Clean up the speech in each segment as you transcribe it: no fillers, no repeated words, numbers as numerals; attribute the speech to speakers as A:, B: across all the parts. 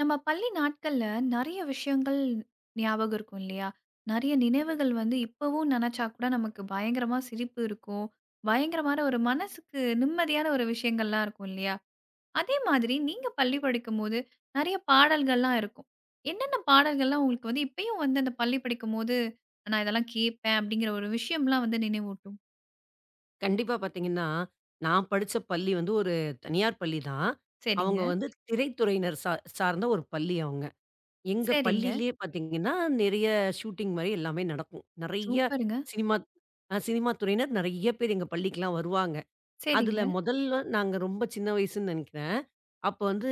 A: நம்ம பள்ளி நாட்கள்ல நெறைய விஷயங்கள் ஞாபகம் இருக்கும் இல்லையா? நெறைய நினைவுகள் வந்து இப்பவும் நெனச்சா கூட நமக்கு பயங்கரமா சிரிப்பு இருக்கும். பயங்கரமான ஒரு மனசுக்கு நிம்மதியான ஒரு விஷயங்கள்லாம் இருக்கும் இல்லையா? அதே மாதிரி நீங்க பள்ளி படிக்கும்போது நெறைய பாடல்கள்லாம் இருக்கும். என்னென்ன பாடல்கள்லாம் உங்களுக்கு வந்து இப்பயும் வந்து அந்த பள்ளி படிக்கும்போது, நான் இதெல்லாம் கேட்பேன் அப்படிங்கிற ஒரு விஷயம்லாம் வந்து நினைவூட்டும்?
B: கண்டிப்பா பார்த்தீங்கன்னா, நான் படிச்ச பள்ளி வந்து ஒரு தனியார் பள்ளி தான்.
A: சரிங்க,
B: அவங்க வந்து திரைத்துறையினர் சார்ந்த ஒரு பள்ளி அவங்க. எங்க
A: சரிங்க.
B: பள்ளியிலேயே பார்த்தீங்கன்னா, நிறைய ஷூட்டிங் மாரி எல்லாமே நடக்கும். நெறைய
A: சூப்பருங்க.
B: சினிமா சினிமா துறையினர் நெறைய பேர் எங்க பள்ளிக்குலாம் வருவாங்க. அதுல
A: சரிங்க,
B: முதல்ல நாங்க ரொம்ப சின்ன வயசுன்னு நினைக்கிறேன். அப்ப வந்து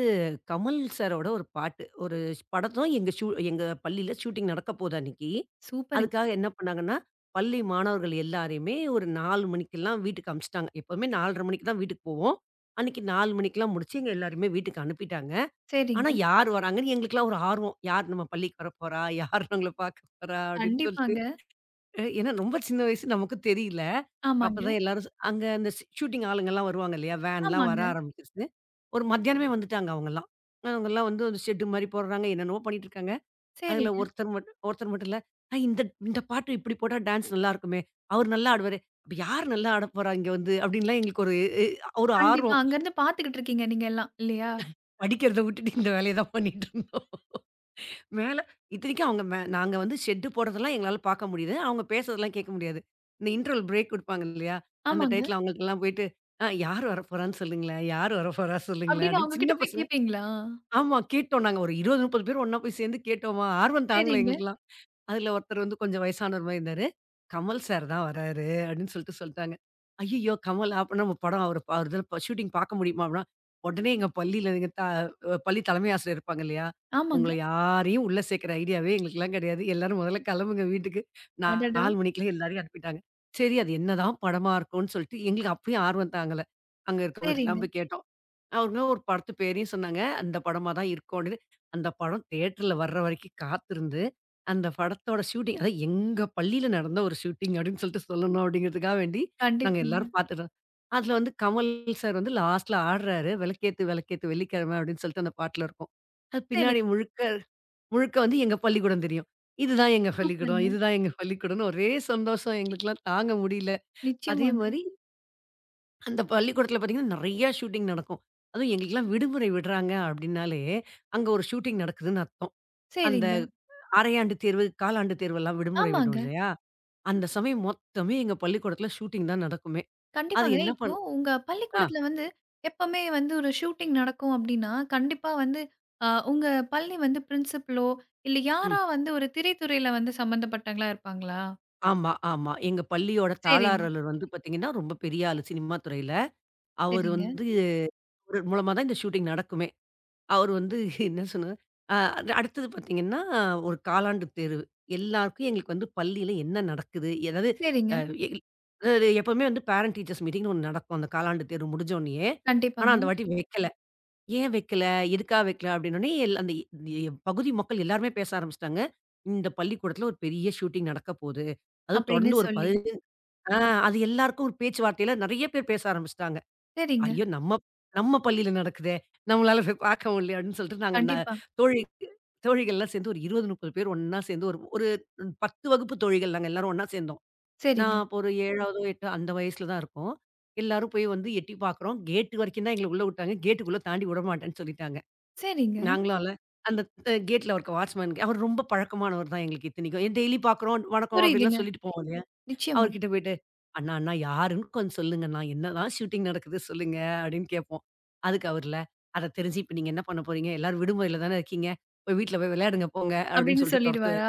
B: கமல் சாரோட ஒரு பாட்டு. ஒரு படத்தும் எங்க எங்க பள்ளியில ஷூட்டிங் நடக்க போகுது அன்னைக்கு.
A: சூப்பருங்க.
B: அதுக்காக என்ன பண்ணாங்கன்னா, பள்ளி மாணவர்கள் எல்லாரையுமே ஒரு 4 மணிக்கெல்லாம் வீட்டுக்கு அனுப்பிச்சுட்டாங்க. எப்பவுமே 4:30 மணிக்கு தான் வீட்டுக்கு போவோம். அன்னைக்கு 4 மணிக்கெல்லாம் முடிச்சு எங்க எல்லாரையுமே வீட்டுக்கு அனுப்பிட்டாங்க. ஆனா
A: சரிங்க.
B: யார் வராங்கன்னு எங்களுக்கெல்லாம் ஒரு ஆர்வம். யார் நம்ம பள்ளிக்கு வரப்போறா? யார் நம்மள பார்க்க போறா? அப்படின்னு சொல்லிட்டு.
A: கண்டிப்பாங்க.
B: ஏன்னா ரொம்ப சின்ன வயசு நமக்கு தெரியல.
A: ஆமாங்க,
B: அப்பதான் எல்லாரும் அங்க அந்த ஷூட்டிங் ஆளுங்கலாம் வருவாங்க இல்லையா? வேன்லாம் வர
A: ஆமாங்க.
B: ஆரம்பிச்சுருச்சு. ஒரு மத்தியானமே வந்துட்டாங்க அவங்கலாம். அவங்கலாம் வந்து ஒரு ஷெட் மாரி போடுறாங்க. என்னென்னவோ பண்ணிட்டு இருக்காங்க. அதுல
A: சரிங்க.
B: ஒருத்தர் மட்டும் இல்ல. இந்த இந்த பாட்டு இப்படி போட்டா டான்ஸ் நல்லா இருக்குமே! அவரு நல்லா ஆடுவாரே! அப்ப யார் நல்லா ஆடப்போறா இங்க வந்து?" அப்படின்லாம் எங்களுக்கு ஒரு எ ஒரு
A: கண்டிப்பா.
B: ஆர்வம்.
A: அங்கருந்து பார்த்துக்கிட்டு இருக்கீங்க நீங்க எல்லாம், இல்லையா?
B: படிக்கிறத விட்டுட்டு இந்த வேலைய தான் பண்ணிட்டு இருந்தோம். மேல இத்தனைக்கும் அவங்க நாங்க வந்து ஷெட் போடுறதெல்லாம் எங்களால பார்க்க முடியுது. அவங்க பேசுறதெல்லாம் கேட்க முடியாது. இந்த இன்டர்வல் பிரேக் குடுப்பாங்க இல்லையா? அந்த
A: ஆமாங்க.
B: டயத்துல அவங்களுக்கெல்லாம் போயிட்டு, யார் வரப்போறான்னு சொல்லுங்களேன், யார் வரப்போறா சொல்லுங்களேன்"
A: அப்படின்னு
B: அப்படின்னு
A: அவங்க கிட்ட
B: சின்ன
A: போய்
B: பசங்க
A: கேட்பீங்களா?
B: ஆமா கேட்டோம். நாங்க ஒரு 20, 30 பேர் ஒண்ணா போய் சேர்ந்து கேட்டோமா, ஆர்வம் தாங்கல
A: சரிங்க.
B: எங்களுக்கெல்லாம். அதுல ஒருத்தர் வந்து கொஞ்சம் வயசானவர் மாரி இருந்தாரு. "கமல் சார் தான் வராரு" அப்படின்னு சொல்ட்டாங்க. "ஐயய்யோ! கமல் அப்ப நம்ம படம் அவரு அவரு இதுல ஷூட்டிங் பார்க்க முடியுமா?" அப்படின்னா, உடனே எங்க பள்ளியில எங்க த பள்ளி தலைமை ஆசிரியர் இருப்பாங்க இல்லையா?
A: ஆமாங்க.
B: "உங்கள யாரையும் உள்ள சேர்க்கிற ஐடியாவே எங்களுக்கெல்லாம் கிடையாது. எல்லாரும் முதல்ல கிளம்புங்க வீட்டுக்கு."
A: அடடா!
B: 4 மணிக்கெல்லாம் எல்லாரையும் அனுப்பிட்டாங்க. சரி அது என்னதான் படமா இருக்கும்ன்னு சொல்லிட்டு எங்களுக்கு அப்பயும் ஆர்வம் தாங்கல. அங்க
A: சரிங்க.
B: இருக்கவங்கள்ட்டலாம் போய் கேட்டோம். அவங்க ஒரு படத்து பேரையும் சொன்னாங்க. அந்த படமா தான் இருக்கும் அப்படின்னு. அந்த படம் தியேட்டர்ல வர்ற வரைக்கும் காத்திருந்து, அந்த படத்தோட ஷூட்டிங் அதாவது எங்க பள்ளியில நடந்த ஒரு ஷூட்டிங் அப்படின்னு சொல்லிட்டு சொல்லணும் அப்படிங்கிறதுக்காக வேண்டி, நாங்க
A: கண்டிப்பாங்க.
B: எல்லாரும் பார்த்துட்டோம். அதுல வந்து கமல் சார் வந்து லாஸ்ட்ல ஆடுறாரு. "விளக்கேத்து விளக்கேத்து வெள்ளிக்கிழமை" அப்படின்னு சொல்லிட்டு அந்த பாட்டுல இருக்கும். அது
A: சரி.
B: பின்னாடி முழுக்க முழுக்க வந்து எங்க பள்ளிக்கூடம் தெரியும். இதுதான் எங்க பள்ளிக்கூடம்,
A: சூப்பருங்க.
B: இதுதான் எங்க பள்ளிக்கூடம்னு ஒரே சந்தோஷம். எங்களுக்கெல்லாம் தாங்க முடியல. அதே
A: நிச்சயமாங்க.
B: மாரி அந்த பள்ளிக்கூடத்துல பார்த்தீங்கன்னா, நெறையா ஷூட்டிங் நடக்கும். அதுவும் எங்களுக்கெல்லாம் விடுமுறை விடுறாங்க அப்டின்னாலே, அங்க ஒரு ஷூட்டிங் நடக்குதுன்னு அர்த்தம். அந்த
A: சரிங்க.
B: அரையாண்டு தேர்வு, காலாண்டு தேர்வெல்லாம் விடுமுறை விடும்
A: ஆமாங்க.
B: இல்லையா? அந்த சமயம் மொத்தமே எங்க பள்ளிக்கூடத்துல ஷூட்டிங் தான் நடக்குமே. அது
A: கண்டிப்பாங்க.
B: என்ன
A: இப்போ
B: பண்
A: உங்க
B: ஆ,
A: பள்ளிக்கூடத்துல வந்து எப்பவுமே வந்து ஒரு ஷூட்டிங் நடக்கும் அப்படின்னா, கண்டிப்பா வந்து உங்க பள்ளி வந்து பிரின்சிபலோ, இல்ல
B: ம்.
A: யாரா வந்து ஒரு திரைத்துறையில வந்து சம்மந்தப்பட்டவங்களா இருப்பாங்களா?
B: ஆமா, ஆமா. எங்க பள்ளியோட
A: சரிங்க,
B: தாளாரலர் வந்து பார்த்தீங்கன்னா, ரொம்ப பெரிய ஆளு சினிமா துறையில. அவரு
A: சரிங்க,
B: வந்து அவரு மூலமா தான் இந்த ஷூட்டிங் நடக்குமே. அவரு வந்து என்ன சொன்னாரு, அ அடுத்தது பார்த்தீங்கன்னா, ஒரு காலாண்டு தேர்வு. எல்லாருக்கும் எங்களுக்கு வந்து பள்ளியில என்ன நடக்குது? ஏதாவது
A: சரிங்க.
B: அ எல் அதாவது எப்பவுமே வந்து பேரண்ட் டீச்சர்ஸ் மீட்டிங்ன்னு ஒண்ணு நடக்கும். அந்த காலாண்டு தேர்வு முடிஞ்சோனயே. ஆனா,
A: கண்டிப்பாங்க.
B: அந்த வாட்டி வைக்கல. ஏன் வைக்கல? எதுக்காக வைக்கல? அப்படின்னோனே எல் அந்த எ பகுதி மக்கள் எல்லாருமே பேச ஆரம்பிச்சுட்டாங்க. இந்த பள்ளிக்கூடத்தில ஒரு பெரிய ஷூட்டிங் நடக்க போது. அதுவும்
A: அப்படின்னு
B: தொடர்ந்து ஒரு
A: சொல்லி.
B: 15 ஆ அது எல்லாருக்கும் ஒரு பேச்சுவார்த்தையில நெறைய பேர் பேச ஆரம்பிச்சுட்டாங்க.
A: சரிங்க.
B: ஐயோ! நம்ம நம்ம பள்ளியில நடக்குதே! நம்மளால போய் பார்க்க முடியலையே அப்படின்னு சொல்லிட்டு நாங்க ந
A: கண்டிப்பா.
B: தோழி தோழிகள்லாம் சேர்ந்து ஒரு 20, 30 பேர் ஒண்ணா சேர்ந்து ஒரு ஒரு 10 வகுப்பு தோழிகள் நாங்க எல்லாரும் ஒண்ணா சேர்ந்தோம்.
A: சரிங்க.
B: நான் அப்போ ஒரு 7வதோ, 8 அந்த வயசுல தான் இருக்கும். எல்லாரும் போய் வந்து எட்டி பார்க்குறோம். கேட் வரைக்கும் தான் எங்கள உள்ள விட்டாங்க. கேட்டுக்குள்ள தாண்டி விடமாட்டேன்னு சொல்லிட்டாங்க.
A: சரிங்க.
B: நாங்களும் அல்ல அந்த அ கேட்ல இருக்க வாட்ச்மேன் அவர் ரொம்ப பழக்கமானவர் தான் எங்களுக்கு இத்தனைக்கும். டெய்லி பார்க்குறோம், வணக்கம்
A: புரியுதுங்க.
B: அப்படிலாம் சொல்லிட்டு போவோம்.
A: நிச்சயமா
B: அவர்கிட்ட போயிட்டு, "அண்ணா, அண்ணா யாருன்னு கொஞ்சம் சொல்லுங்கண்ணா. என்னதான் ஷூட்டிங் நடக்குது சொல்லுங்க" அப்படின்னு கேட்போம். அதுக்கு அவர்ல, "அத தெரிஞ்சு இப்ப நீங்க என்ன பண்ண போறீங்க? எல்லாரும் விடுமுறையில தானே இருக்கீங்க. போய் வீட்ல போய் விளையாடுங்க போங்க" அப்படின்னு
A: அப்படின்னு
B: சொல்லிட்டு
A: சொல்லிடுவாரா?
B: தொரத்துவாரு.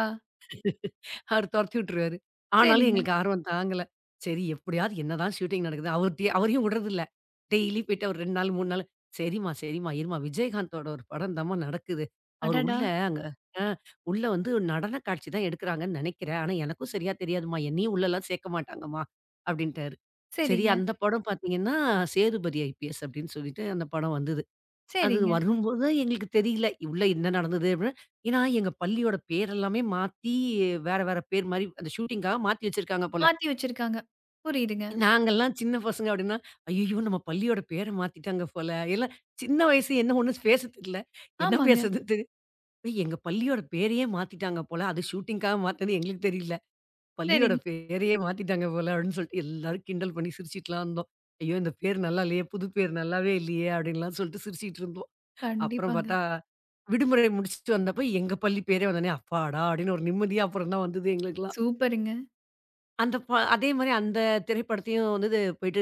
B: அவரு தொரத்தி விட்டுருவாரு. ஆனாலும்
A: சரிங்க.
B: எங்களுக்கு ஆர்வம் தாங்கல. சரி எப்படியாவது என்னதான் ஷூட்டிங் நடக்குது, அவர்ட்டயே அவரையும் விடுறதில்ல. டெய்லி போயிட்டு ஒரு 2 நாள், 3 நாள் சரிம்மா, சரிம்மா இரும்மா விஜயகாந்தோட ஒரு படம் தாம்மா நடக்குது. அவரு
A: அடடா!
B: உள்ள அங்க அ உள்ள வந்து ஒரு நடன காட்சி தான் எடுக்குறாங்கன்னு நெனைக்கிறேன். ஆனா எனக்கும் சரியா தெரியாதும்மா. என்னையும் உள்ளலாம் சேர்க்க மாட்டாங்கம்மா அப்படின்ட்டாரு. சரி
A: சரிங்க,
B: அந்த படம் பார்த்தீங்கன்னா, சேதுபதி ஐபிஎஸ் அப்படின்னு சொல்லிட்டு அந்த படம் வந்தது. அது
A: சரிங்க.
B: வரும்போது தான் எங்களுக்கு தெரியல. உள்ள என்ன நடந்தது அப்படின்னு. ஏன்னா எங்க பள்ளியோட பேர் எல்லாமே மாத்தி வேற வேற பேர் மாரி அந்த ஷூட்டிங்காக மாத்தி வச்சிருக்காங்க போல.
A: மாத்தி வச்சிருக்காங்க. புரியுதுங்க.
B: நாங்கலாம் சின்ன பசங்க அப்படின்னா, "ஐய்யய்யோ! நம்ம பள்ளியோட பேர மாத்திட்டாங்க போல." எல்லாம் சின்ன வயசு என்ன ஒண்ணும் பேச தெரியல. என்ன
A: ஆமாங்க.
B: பேசுறது தெரி "ஏய் எங்க பள்ளியோட பேரையே மாத்திட்டாங்க போல. அது ஷூட்டிங்காக மாத்துனது எங்களுக்கு தெரியல. பள்ளியோட
A: சரிங்க.
B: பேரையே மாத்திட்டாங்க போல." அப்படின்னு சொல்லிட்டு எல்லாரும் கிண்டல் பண்ணி சிரிச்சுட்டுலாம் இருந்தோம். "ஐயோ! இந்த பேர் நல்லா இல்லையே. புது பேர் நல்லாவே இல்லையே." அப்படின்லாம் சொல்லிட்டு சிரிச்சுட்டு இருந்தோம். அப்புறம்
A: கண்டிப்பாங்க.
B: பார்த்தா, விடுமுறை முடிச்சுட்டு வந்தப்ப எங்க பள்ளி பேரே வந்தோனே, அப்பாடா! அப்படின்னு ஒரு நிம்மதியா அப்புறம் தான் வந்தது எங்களுக்கெல்லாம்.
A: சூப்பருங்க.
B: அந்த ப அதே மாரி அந்த திரைப்படத்தையும் வந்துது போயிட்டு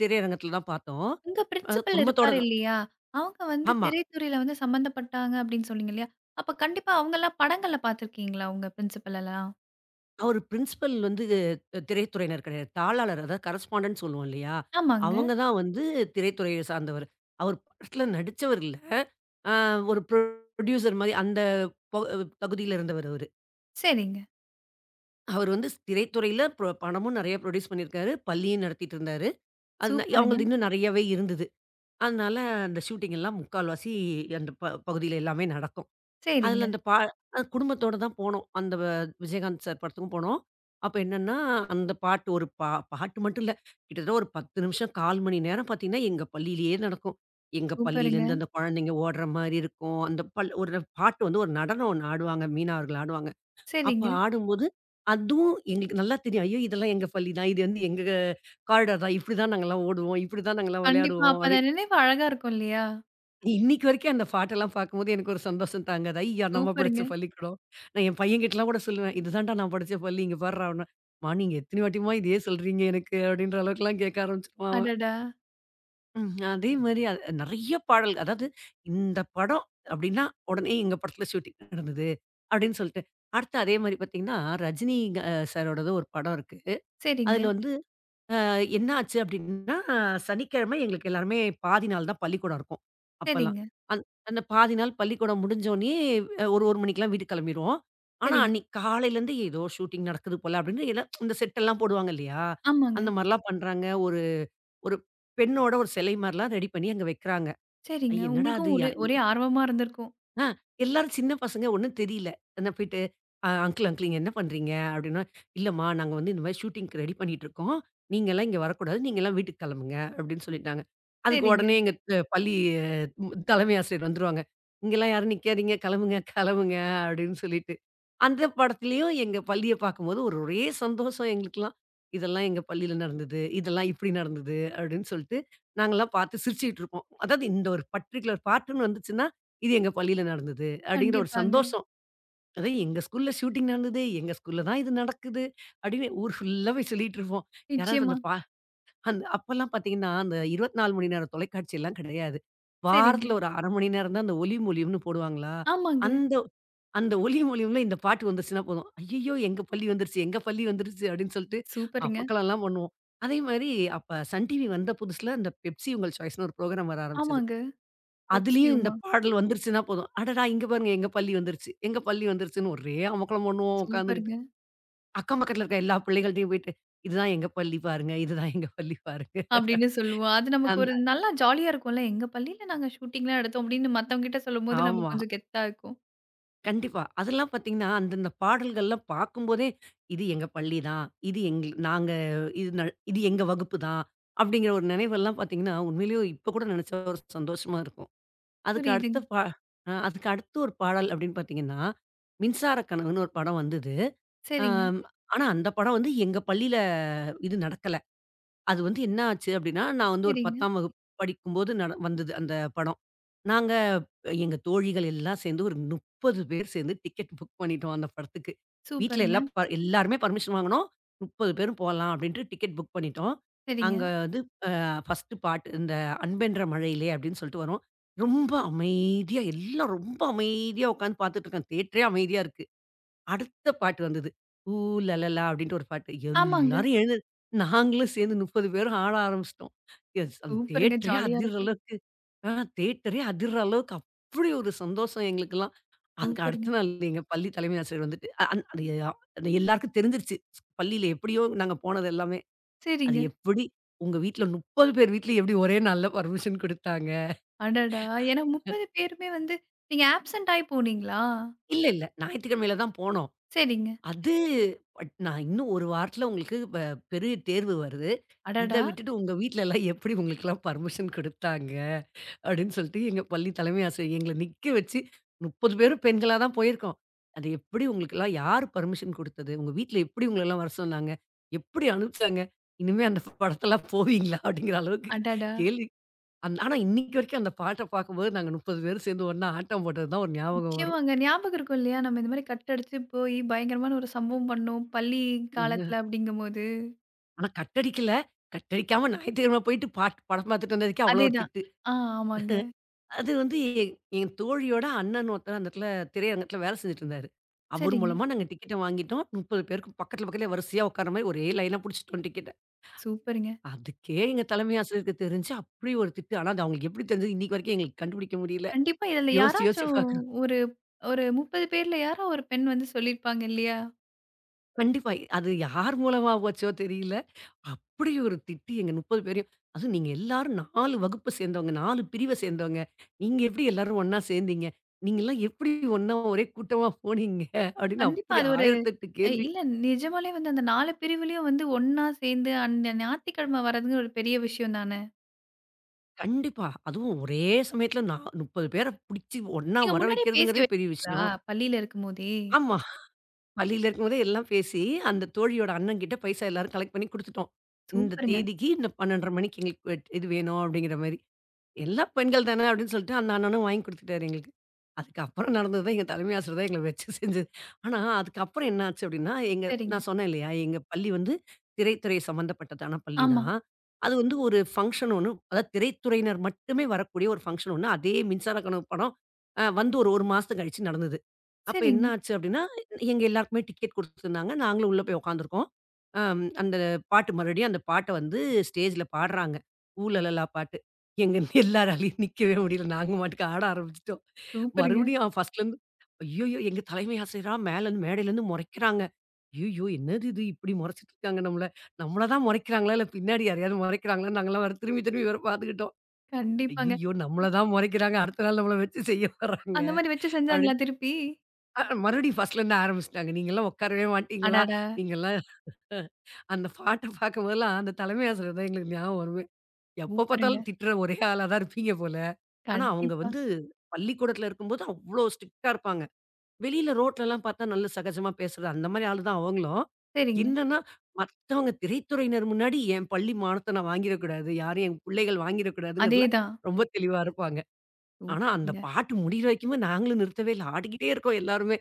B: திரையரங்கத்துல தான் பார்த்தோம்.
A: உங்க பிரின்சிபல்
B: குடும்பத்தோட
A: இருப்பாரு
B: தான்.
A: இல்லையா? அவங்க வந்து
B: ஆமா.
A: திரைத்துறையில வந்து சம்மந்தப்பட்டாங்க அப்படின்னு சொன்னீங்க இல்லையா? அப்ப கண்டிப்பா அவங்கலாம் படங்கள்ல பார்த்துருக்கீங்களா உங்க பிரின்சிபல் எல்லாம்?
B: அவரு பிரின்சிபல் வந்து திரைத்துறையினர் கிடையாது. தாளாளர் அதாவது கரஸ்பாண்டன்ட்ன்னு சொல்லுவோம் இல்லையா?
A: ஆமாங்க.
B: அவங்க தான் வந்து திரைத்துறையை சார்ந்தவர். அவர் படத்துல நடிச்சவர் இல்ல. அ ஒரு புரொடியூசர் மாரி அந்த பொ தகுதியில இருந்தவர் அவரு.
A: சரிங்க.
B: அவர் வந்து திரைத்துறையில பணமும் நெறைய புரொடியூஸ் பண்ணியிருக்காரு. பள்ளியும் நடத்திட்டு இருந்தாரு. அது ந
A: சூப்பருங்க.
B: அவங்களது இன்னும் நெறையவே இருந்தது. அதனால அந்த ஷூட்டிங் எல்லாம் முக்கால்வாசி அந்த பகுதியில எல்லாமே நடக்கும்.
A: சரிங்க.
B: அதுல அந்த பா அ குடும்பத்தோட தான் போனோம். அந்த வ விஜயகாந்த் சார் படத்துக்கும் போனோம். அப்ப என்னன்னா, அந்த பாட்டு ஒரு பாட்டு மட்டும் இல்ல. கிட்டத்தட்ட ஒரு 10 நிமிஷம், 1/4 மணி நேரம் பார்த்தீங்கன்னா, எங்க பள்ளியிலேயே நடக்கும். எங்க
A: சூப்பருங்க.
B: பள்ளியிலேருந்து அந்த குழந்தைங்க ஓடுற மாரி இருக்கும். அந்த பல் ஒரு பாட்டு வந்து ஒரு நடனம் ஒண்ணு ஆடுவாங்க. மீனா அவர்கள் ஆடுவாங்க. அப்ப
A: சரிங்க.
B: ஆடும்போது, அதுவும் எங்களுக்கு நல்லா தெரியும். ஐயோ! இதெல்லாம் எங்க பள்ளி தான். இது வந்து எங்க காரிடார் தான். இப்படிதான் நாங்கலாம் ஓடுவோம். இப்படிதான் நாங்கலாம்
A: கண்டிப்பா.
B: விளையாடுவோம்.
A: அப்ப அந்த
B: அப்படி
A: நினைவு அழகா இருக்கும் இல்லையா?
B: இன்னைக்கு வரைக்கும் அந்த பாட்டெல்லாம் பார்க்கும்போது எனக்கு ஒரு சந்தோஷம் தாங்காது. ஐயா! நம்ம
A: சூப்பருங்க.
B: படிச்ச பள்ளிக்கூடம். நான் என் பையன்கிட்டலாம் கூட சொல்லுவேன். இதுதான்டா நான் படிச்ச பள்ளி. இங்க பார்றா! அப்டின்னா, "மா நீங்க எத்தன வாட்டிம்மா இதையே சொல்றீங்க எனக்கு?" அப்படின்ற அளவுக்குலாம் கேட்க ஆரம்பிச்சுருவான் அவன்.
A: அடடா!
B: ம். அதே மாரி நெறைய பாடல். அதாவது இந்த படம் அப்டின்னா, உடனே எங்க படத்துல ஷூட்டிங் நடந்தது அப்டின்னு சொல்லிட்டு. அடுத்து அதே மாரி பார்த்தீங்கன்னா, ரஜினி சாரோடது ஒரு படம் இருக்கு.
A: சரிங்க,
B: அதுல வந்து அ என்ன ஆச்சு அப்டின்னா, சனிக்கிழமை எங்களுக்கு எல்லாருமே பாதி நாள் தான் பள்ளிக்கூடம் இருக்கும். அப்பலாம்.
A: சரிங்க,
B: அந் அந்த பாதி நாள் பள்ளிக்கூடம் முடிஞ்சோனே ஒரு 1 மணிக்கெல்லாம் வீட்டுக்கு கெளம்பிருவோம். ஆனா,
A: சரிங்க.
B: அன்னைக்கு காலையிலேருந்து ஏதோ ஷூட்டிங் நடக்குது போல அப்டின்னு எல்லாம் இந்த செட்டெல்லாம் போடுவாங்க இல்லையா?
A: ஆமாங்க.
B: அந்த மாரிலாம் பண்றாங்க. ஒரு ஒரு பெண்ணோட ஒரு சிலை மாரிலாம் ரெடி பண்ணி அங்க வைக்கிறாங்க.
A: சரிங்க.
B: ஐய! என்னடா
A: உங்களுக்கும்
B: இது?
A: ஒரு
B: யா
A: ஒரே ஆர்வமா இருந்திருக்கும்.
B: ஆ எல்லாரும் சின்ன பசங்க ஒண்ணும் தெரியல. என்ன போயிட்டு அ "அங்கிள், அங்கிள் இங்க என்ன பண்றீங்க?" அப்படின்னா, "இல்லம்மா நாங்க வந்து இந்த மாரி ஷூட்டிங்க்கு ரெடி பண்ணிட்டு இருக்கோம். நீங்கலாம் இங்க வரக்கூடாது. நீங்கலாம் வீட்டுக்கு கெளம்புங்க" அப்படின்னு சொல்லிட்டாங்க. அதுக்கு
A: சரிங்க.
B: உடனே எங்க அ பள்ளி ம் தலைமை ஆசிரியர் வந்துருவாங்க. "இங்கலாம் யாரும் நிக்காதீங்க. கெளம்புங்க, கெளம்புங்க" அப்படின்னு சொல்லிட்டு. அந்த படத்துலயும் எங்க பள்ளிய பார்க்கும்போது ஒரு ஒரே சந்தோஷம் எங்களுக்கெல்லாம். இதெல்லாம் எங்க பள்ளியில நடந்தது. இதெல்லாம் இப்படி நடந்தது அப்படின்னு சொல்லிட்டு, நாங்கலாம் பார்த்து சிரிச்சுக்கிட்டு இருப்போம். அதாவது இந்த ஒரு பர்ட்டிகுலர் பாட்டுன்னு வந்துச்சுன்னா இது எங்க பள்ளியில நடந்தது அப்படிங்கிற ஒரு
A: கண்டிப்பாங்க.
B: சந்தோஷம். அதான் எங்க ஸ்கூல்ல ஷூட்டிங் நடந்தது. எங்க ஸ்கூல்ல தான் இது நடக்குது. அப்படின்னு ஊர் ஃபுல்லா போய் சொல்லிட்டு இருப்போம். யாராவது
A: நிச்சயமா.
B: அந்த பா அந்த அப்பல்லாம் பார்த்தீங்கன்னா, அந்த 24 மணி நேரம் தொலைக்காட்சிலாம் கிடையாது.
A: சரிங்க.
B: வாரத்துல ஒரு 1/2 மணி நேரம் தான் அந்த ஒலியும் ஒலியும்னு போடுவாங்களா?
A: ஆமாங்க.
B: அந்த அந்த ஒலியும் ஒலியும்ல இந்த பாட்டு வந்துருச்சுன்னா போதும். ஐய்யயோ! எங்க பள்ளி வந்துருச்சு, எங்க பள்ளி வந்துருச்சு அப்படின்னு சொல்லிட்டு
A: சூப்பருங்க.
B: அமர்க்களம்லாம் பண்ணுவோம். அதே மாரி அப்ப சன் டிவி வந்த புதுசுல இந்த பெப்சி உங்கள் சாய்ஸ்ன்னு ஒரு புரோகிராம் வர ஆரம்பிச்சது.
A: ஆமாங்க. பெப்சி
B: அதுலயும் இந்த
A: உமா.
B: பாடல் வந்துருச்சுன்னா போதும். "அடடா! இங்க பாருங்க எங்க பள்ளி வந்துருச்சு, எங்க பள்ளி வந்துருச்சுன்னு" ஒரே அமர்க்களம் பண்ணுவோம் உட்காந்துகிட்டு.
A: சூப்பருங்க.
B: அக்கம் பக்கத்துல இருக்க எல்லா பிள்ளைகள்ட்டயும் போயிட்டு, "இதுதான் எங்க பள்ளி பாருங்க, இதுதான் எங்க பள்ளி பாருங்க."
A: அப்படின்னு சொல்லுவோம். அது நமக்கு ஒரு
B: அந்த
A: நல்லா ஜாலியா இருக்கும்ல. எங்க பள்ளியில நாங்க ஷூட்டிங்லாம் எடுத்தோம் அப்படின்னு மத்தவங்ககிட்ட சொல்லும்போது நமக்கு
B: ஆமா.
A: கொஞ்சம் கெத்தா இருக்கும்.
B: கண்டிப்பா. அதெல்லாம் பார்த்தீங்கன்னா, அந்தந்த பாடல்கள்லாம் பார்க்கும்போதே, "இது எங்க பள்ளி தான். இது எங்க நாங்க இது ந இது எங்க வகுப்பு தான்." அப்படிங்கிற ஒரு நினைவெல்லாம் பார்த்தீங்கன்னா, உண்மையிலேயே இப்ப கூட நினைச்சா ஒரு சந்தோஷமா இருக்கும். அதுக்கு
A: புரியுதுங்க.
B: அடுத்த பா அதுக்கு அடுத்து ஒரு பாடல் அப்படின்னு பார்த்தீங்கன்னா, மின்சார கனவுன்னு ஒரு படம் வந்தது.
A: சரிங்க,
B: ஆம். ஆனா அந்த படம் வந்து எங்க பள்ளியில இது நடக்கல. அது வந்து என்ன ஆச்சு அப்டின்னா, நான் வந்து ஒரு
A: சரிங்க.
B: 10ஆம் வகுப்பு படிக்கும்போது வந்தது அந்த படம். நாங்க எங்க தோழிகள் எல்லாம் சேர்ந்து ஒரு 30 பேர் சேர்ந்து டிக்கெட் புக் பண்ணிட்டோம் அந்த படத்துக்கு. வீட்ல
A: சூப்பருங்க.
B: எல்லாருமே பர்மிஷன் வாங்குனோம். 30 பேரும் போலாம் அப்டின்ட்டு டிக்கெட் புக் பண்ணிட்டோம்.
A: சரிங்க.
B: அங்க வந்து அ ஃபர்ஸ்ட்டு பார்ட் இந்த "அன்பென்ற மழையிலே" அப்டின்னு சொல்லிட்டு வரும். ரொம்ப அமைதியா உட்காந்து பார்த்துட்டு இருக்கோம். தியேட்டரே அமைதியா இருக்கு. அடுத்த பாட்டு வந்தது. ஊ லலலா அப்படின்ட்டு ஒரு பாட்டு.
A: ஆமாங்க.
B: எல்லாரும் எழுந்து நாங்களும் சேர்ந்து 30 பேரும் ஆட ஆரம்பிச்சுட்டோம். எஸ் அந்த
A: சூப்பருங்க.
B: தியேட்டரே
A: ஜாலியா
B: அதிர்ற
A: இருக்கும்.
B: அளவுக்கு ஆ தியேட்டரே அதிர்ற அளவுக்கு அப்படி ஒரு சந்தோஷம் எங்களுக்கெல்லாம். அதுக்கு
A: சூப்பருங்க.
B: அடுத்த நாள் எங்க பள்ளி தலைமை ஆசிரியர் வந்துட்டு அ அந் அது எ அது எல்லாருக்கும் தெரிஞ்சிருச்சு. பள்ளியில எப்படியோ நாங்க போனது எல்லாமே. அது
A: சரிங்க.
B: எப்படி உங்க வீட்ல 30 பேர் வீட்லயும் எப்படி ஒரே நாள்ல பர்மிஷன் குடுத்தாங்க?
A: அடடா! ஏன்னா 30 பேருமே வந்து நீங்க ஆப்சென்ட் ஆயி போனீங்களா?
B: இல்ல, இல்ல. ஞாயிற்றுக்கிழமையில தான் போனோம்.
A: சரிங்க.
B: அது பட் நான் இன்னும் 1 வாரத்துல உங்களுக்கு பெரிய தேர்வு வருது. இத
A: அடடா!
B: விட்டுட்டு உங்க வீட்லலாம் எப்படி உங்களுக்கெல்லாம் பெர்மிஷன் குடுத்தாங்க? அப்படின்னு சொல்லிட்டு எங்க பள்ளி தலைமை ஆசிரியர் எங்கள நிக்க வச்சு 30 பேரும் பெண்களா தான் போயிருக்கோம். அது எப்படி உங்களுக்கெல்லாம் யார் பெர்மிஷன் குடுத்தது? உங்க வீட்ல எப்படி உங்களலாம் வர சொன்னாங்க? எப்படி அனுப்பிச்சாங்க? இனிமே அந்த படத்தெல்லாம் போவீங்களா? அப்படிங்கிற அளவுக்கு
A: அடடா!
B: கேள்வி. ஆனா இன்னைக்கு வரைக்கும் அந்த பாட்ட பார்க்கும்போது நாங்க 30 பேரும் சேர்ந்து ஒண்ணா ஆட்டம் போட்டது தான் ஒரு ஞாபகம் வரும்.
A: நிச்சயமாங்க. ஞாபகம் இருக்கும் இல்லையா? நம்ம இந்த மாரி கட் அடிச்சு போயி பயங்கரமான ஒரு சம்பவம் பண்ணோம். பள்ளி
B: ம்.
A: காலத்துல அப்படிங்கும்போது.
B: ஆனா கட் அடிக்கல. கட் அடிக்காம ஞாயித்துக்கிழமை போயிட்டு பாட் படம் பார்த்துட்டு வந்ததுக்கே அவ்வளோ ஒரு
A: அதேதான்.
B: திட்டு.
A: ஆ ஆமாங்க.
B: அது வந்து எ என் தோழியோட அண்ணன் ஒருத்தர் அந்த இடத்துல திரையரங்கத்துல வேலை செஞ்சுட்டு இருந்தாரு. அவர்
A: சரிங்க.
B: மூலமா நாங்க டிக்கெட்ட வாங்கிட்டோம். 30 பேருக்கு பக்கத்துலயே வரிசையா உட்கார்ற மாரி ஒரே லைனா புடிச்சுட்டோம் டிக்கெட்ட.
A: சூப்பருங்க.
B: அதுக்கே எங்க தலைமை ஆசிரியருக்கு தெரிஞ்சு அப்படி ஒரு திட்டு. ஆனா அது அவங்களுக்கு எப்படி தெரிஞ்சது இன்னைக்கு வரைக்கும் எங்களுக்கு கண்டுபிடிக்க முடியல.
A: கண்டிப்பா இதுல
B: யோசிச்சு யோசிச்சு
A: யாராச்சும்
B: பார்க்குறோம்.
A: ஒரு ஒரு 30 பேர்ல யாரோ ஒரு பெண் வந்து சொல்லியிருப்பாங்க இல்லையா?
B: கண்டிப்பா. அது யார் மூலமா போச்சோ தெரியல. அப்படி ஒரு திட்டு எங்க 30 பேரையும். அதுவும் நீங்க எல்லாரும் 4 வகுப்ப சேர்ந்தவங்க, 4 பிரிவ சேர்ந்தவங்க. நீங்க எப்படி எல்லாரும் ஒண்ணா சேர்ந்தீங்க? நீங்கலாம் எப்படி ஒண்ணா ஒரே கூட்டமா போனீங்க? அப்படின்னு
A: கண்டிப்பா
B: அப்படி
A: அது ஒரு
B: 1008 கேள்வி.
A: இல்ல நிஜமாலே வந்து அந்த 4 பிரிவுலயும் வந்து ஒண்ணா சேர்ந்து அந்த ஞாயித்துக்கிழமை வர்றதுங்க ஒரு பெரிய விஷயம் தானே.
B: கண்டிப்பா. அதுவும் ஒரே சமயத்துல 30 பேர புடிச்சு ஒண்ணா
A: நீங்க
B: வர
A: முன்னாடியே பேசி
B: வைக்கிறதுங்கிறதே பெரிய
A: வச்சீங்களா?
B: விஷயம்.
A: பள்ளியில இருக்கும்போதே?
B: ஆமா. பள்ளியில இருக்கும்போதே எல்லாம் பேசி, அந்த தோழியோட அண்ணன்கிட்ட பைசா எல்லாரும் கலெக்ட் பண்ணி குடுத்துட்டோம். இந்த
A: சூப்பருங்க.
B: தேதிக்கு இந்த 12:30 மணிக்கு எங்களுக்கு இது வேணும் அப்படிங்கிற மாரி. எல்லா பெண்கள் தானே அப்படின்னு சொல்லிட்டு அந்த அண்ணனும் வாங்கி குடுத்துட்டாரு எங்களுக்கு. அதுக்கப்புறம் நடந்தது தான் எங்க தலைமை ஆசிரியர் தான் எங்கள வச்சு செஞ்சது. ஆனா, அதுக்கப்புறம் என்ன ஆச்சு அப்படின்னா,
A: சரிங்க.
B: நான் சொன்னேன் இல்லையா, எங்க பள்ளி வந்து திரைத்துறை சம்மந்தப்பட்டதான பள்ளி
A: ஆமா.
B: தான். அது வந்து ஒரு ஃபங்ஷன் ஒண்ணு, அதாவது திரைத்துறையினர் மட்டுமே வரக்கூடிய ஒரு ஃபங்ஷன் ஒண்ணு. அதே மின்சார கனவு படம் வந்து ஒரு 1 மாசம் கழிச்சு நடந்தது. அப்ப என்ன
A: சரிங்க.
B: ஆச்சு அப்டின்னா, எங்க எல்லாருக்குமே டிக்கெட் குடுத்துருந்தாங்க. நாங்களும் உள்ள போய் உட்காந்துருக்கோம். அம் அந்த பாட்டு மறுபடியும் அந்த பாட்ட வந்து ஸ்டேஜ்ல பாடுறாங்க. "ஊ லலலா" பாட்டு. எங்க எல்லாராலயும் நிக்கவே முடியல. நாங்க பாட்டுக்கு ஆட ஆரம்பிச்சுட்டோம்.
A: சூப்பருங்க.
B: மறுபடியும் ஃபர்ஸ்ட்லருந்து ஐய்யயோ! எங்க தலைமை ஆசிரியரா மேலருந்து மேடையிலருந்து மொறைக்கிறாங்க. ஐய்யயோ! என்னது இது இப்டி மொறச்சிட்டு இருக்காங்க நம்மள. நம்மள தான் மொறைக்கிறாங்களா? இல்ல பின்னாடி யாரையாவது மொறைக்கிறாங்களான்னு நாங்கலாம் வேற திரும்பி திரும்பி வேற பார்த்துக்கிட்டோம்.
A: கண்டிப்பாங்க.
B: ஐய்யயோ! நம்மள தான் மொறைக்கிறாங்க. அடுத்த நாள் நம்மள வச்சு செய்ய வர்றாங்க.
A: அந்த மாரி வச்சு செஞ்சாங்களா
B: அப்டின்னு
A: திருப்பி?
B: மறுபடியும் ஃபர்ஸ்ட்லருந்து ஆரம்பிச்சுட்டாங்க. நீங்கலாம் உட்காரவே மாட்டீங்களா?
A: அடடா!
B: நீங்கலாம் அந்த பாட்ட பார்க்கும்போதெல்லாம் அந்த தலைமை ஆசிரியர் தான் எங்களுக்கு ஞாபகம் வருமே. எப்ப
A: சூப்பருங்க.
B: பார்த்தாலும் திட்டுற ஒரே ஆளா தான் இருப்பீங்க போல. ஆனா அவங்க
A: கண்டிப்பா.
B: வந்து பள்ளிக்கூடத்துல இருக்கும்போது அவ்ளோ ஸ்ட்ரிக்ட்டா இருப்பாங்க. வெளியில ரோட்லலாம் பார்த்தா நல்ல சகஜமா பேசுறது அந்த மாரி ஆளு தான் அவங்களும்.
A: சரிங்க.
B: என்னன்னா மத்தவங்க திரைத்துறையினர் முன்னாடி என் பள்ளி மானத்த நான் வாங்கிடக்கூடாது. யாரும் என் பிள்ளைகள் வாங்கிடக்கூடாதுங்கிறதுல
A: அதேதான்.
B: ரொம்ப தெளிவா இருப்பாங்க. ஆனா, அந்த
A: சூப்பருங்க.
B: பாட்டு முடியிற வரைக்குமே நாங்களும் நிறுத்தவே இல்ல. ஆடிக்கிட்டே இருக்கோம் எல்லாருமே.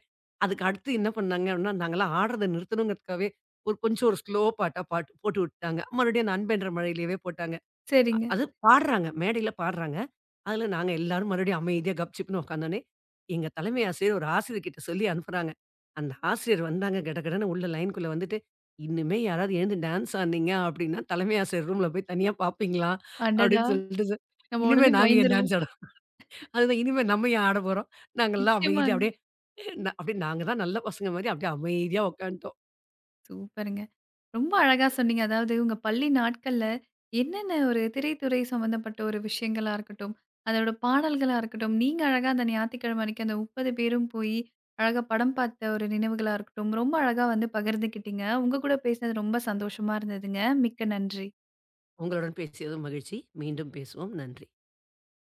B: அதுக்கு அடுத்து என்ன பண்ணாங்க அப்படின்னா, நாங்கலாம் ஆடுறத நிறுத்தணுங்கிறதுக்காகவே ஒரு கொஞ்சம் ஸ்லோ பாட்டா பாட்டு போட்டு விட்டாங்க. மறுபடியும் "நண்பென்ற மழையிலேயே" போட்டாங்க.
A: சரிங்க.
B: அது பாடுறாங்க. மேடையில பாடுறாங்க. அதுல நாங்க எல்லாரும் மறுபடியும் அமைதியா கப்சிப்ன்னு உட்காந்தோனே, எங்க தலைமை ஆசிரியர் ஒரு ஆசிரியர்கிட்ட சொல்லி அனுப்புறாங்க. அந்த ஆசிரியர் வந்தாங்க கடகடன்னு உள்ள லைன்க்குள்ள வந்துட்டு, "இன்னுமே யாராவது எழுந்து டான்ஸ் ஆடுனீங்க அப்படின்னா, தலைமை ஆசிரியர் ரூம்ல போய் தனியா பார்ப்பீங்களா?"
A: அடடா!
B: அப்படின்னு சொல்லிட்டு,
A: நம்ம
B: "இனிமே
A: உடனே
B: நாங்க ஏன்
A: பயந்துருவோம்.
B: டான்ஸ் ஆட" அதுதான் இனிமே நம்ம ஏன் ஆடப் போறோம்? நாங்கலாம் அமைதியா
A: நிச்சயமாங்க.
B: அப்படியே அப்படியே நாங்க தான் நல்ல பசங்க மாரி அப்படியே அமைதியா உட்காந்துட்டோம்.
A: சூப்பருங்க. ரொம்ப அழகா சொன்னீங்க. அதாவது உங்க பள்ளி நாட்கள்ல என்னென்ன ஒரு திரைத்துறை சம்மந்தப்பட்ட ஒரு விஷயங்களா இருக்கட்டும், அதோட பாடல்களா இருக்கட்டும், நீங்க அழகா அந்த ஞாயித்துக்கிழமை அன்னைக்கு அந்த 30 பேரும் போயி, அழகா படம் பார்த்த ஒரு நினைவுகளா இருக்கட்டும், ரொம்ப அழகா வந்து பகிர்ந்துக்கிட்டீங்க. உங்க கூட பேசினது ரொம்ப சந்தோஷமா இருந்ததுங்க. மிக்க நன்றி.
B: உங்களுடன் பேசியதும் மகிழ்ச்சி. மீண்டும் பேசுவோம். நன்றி.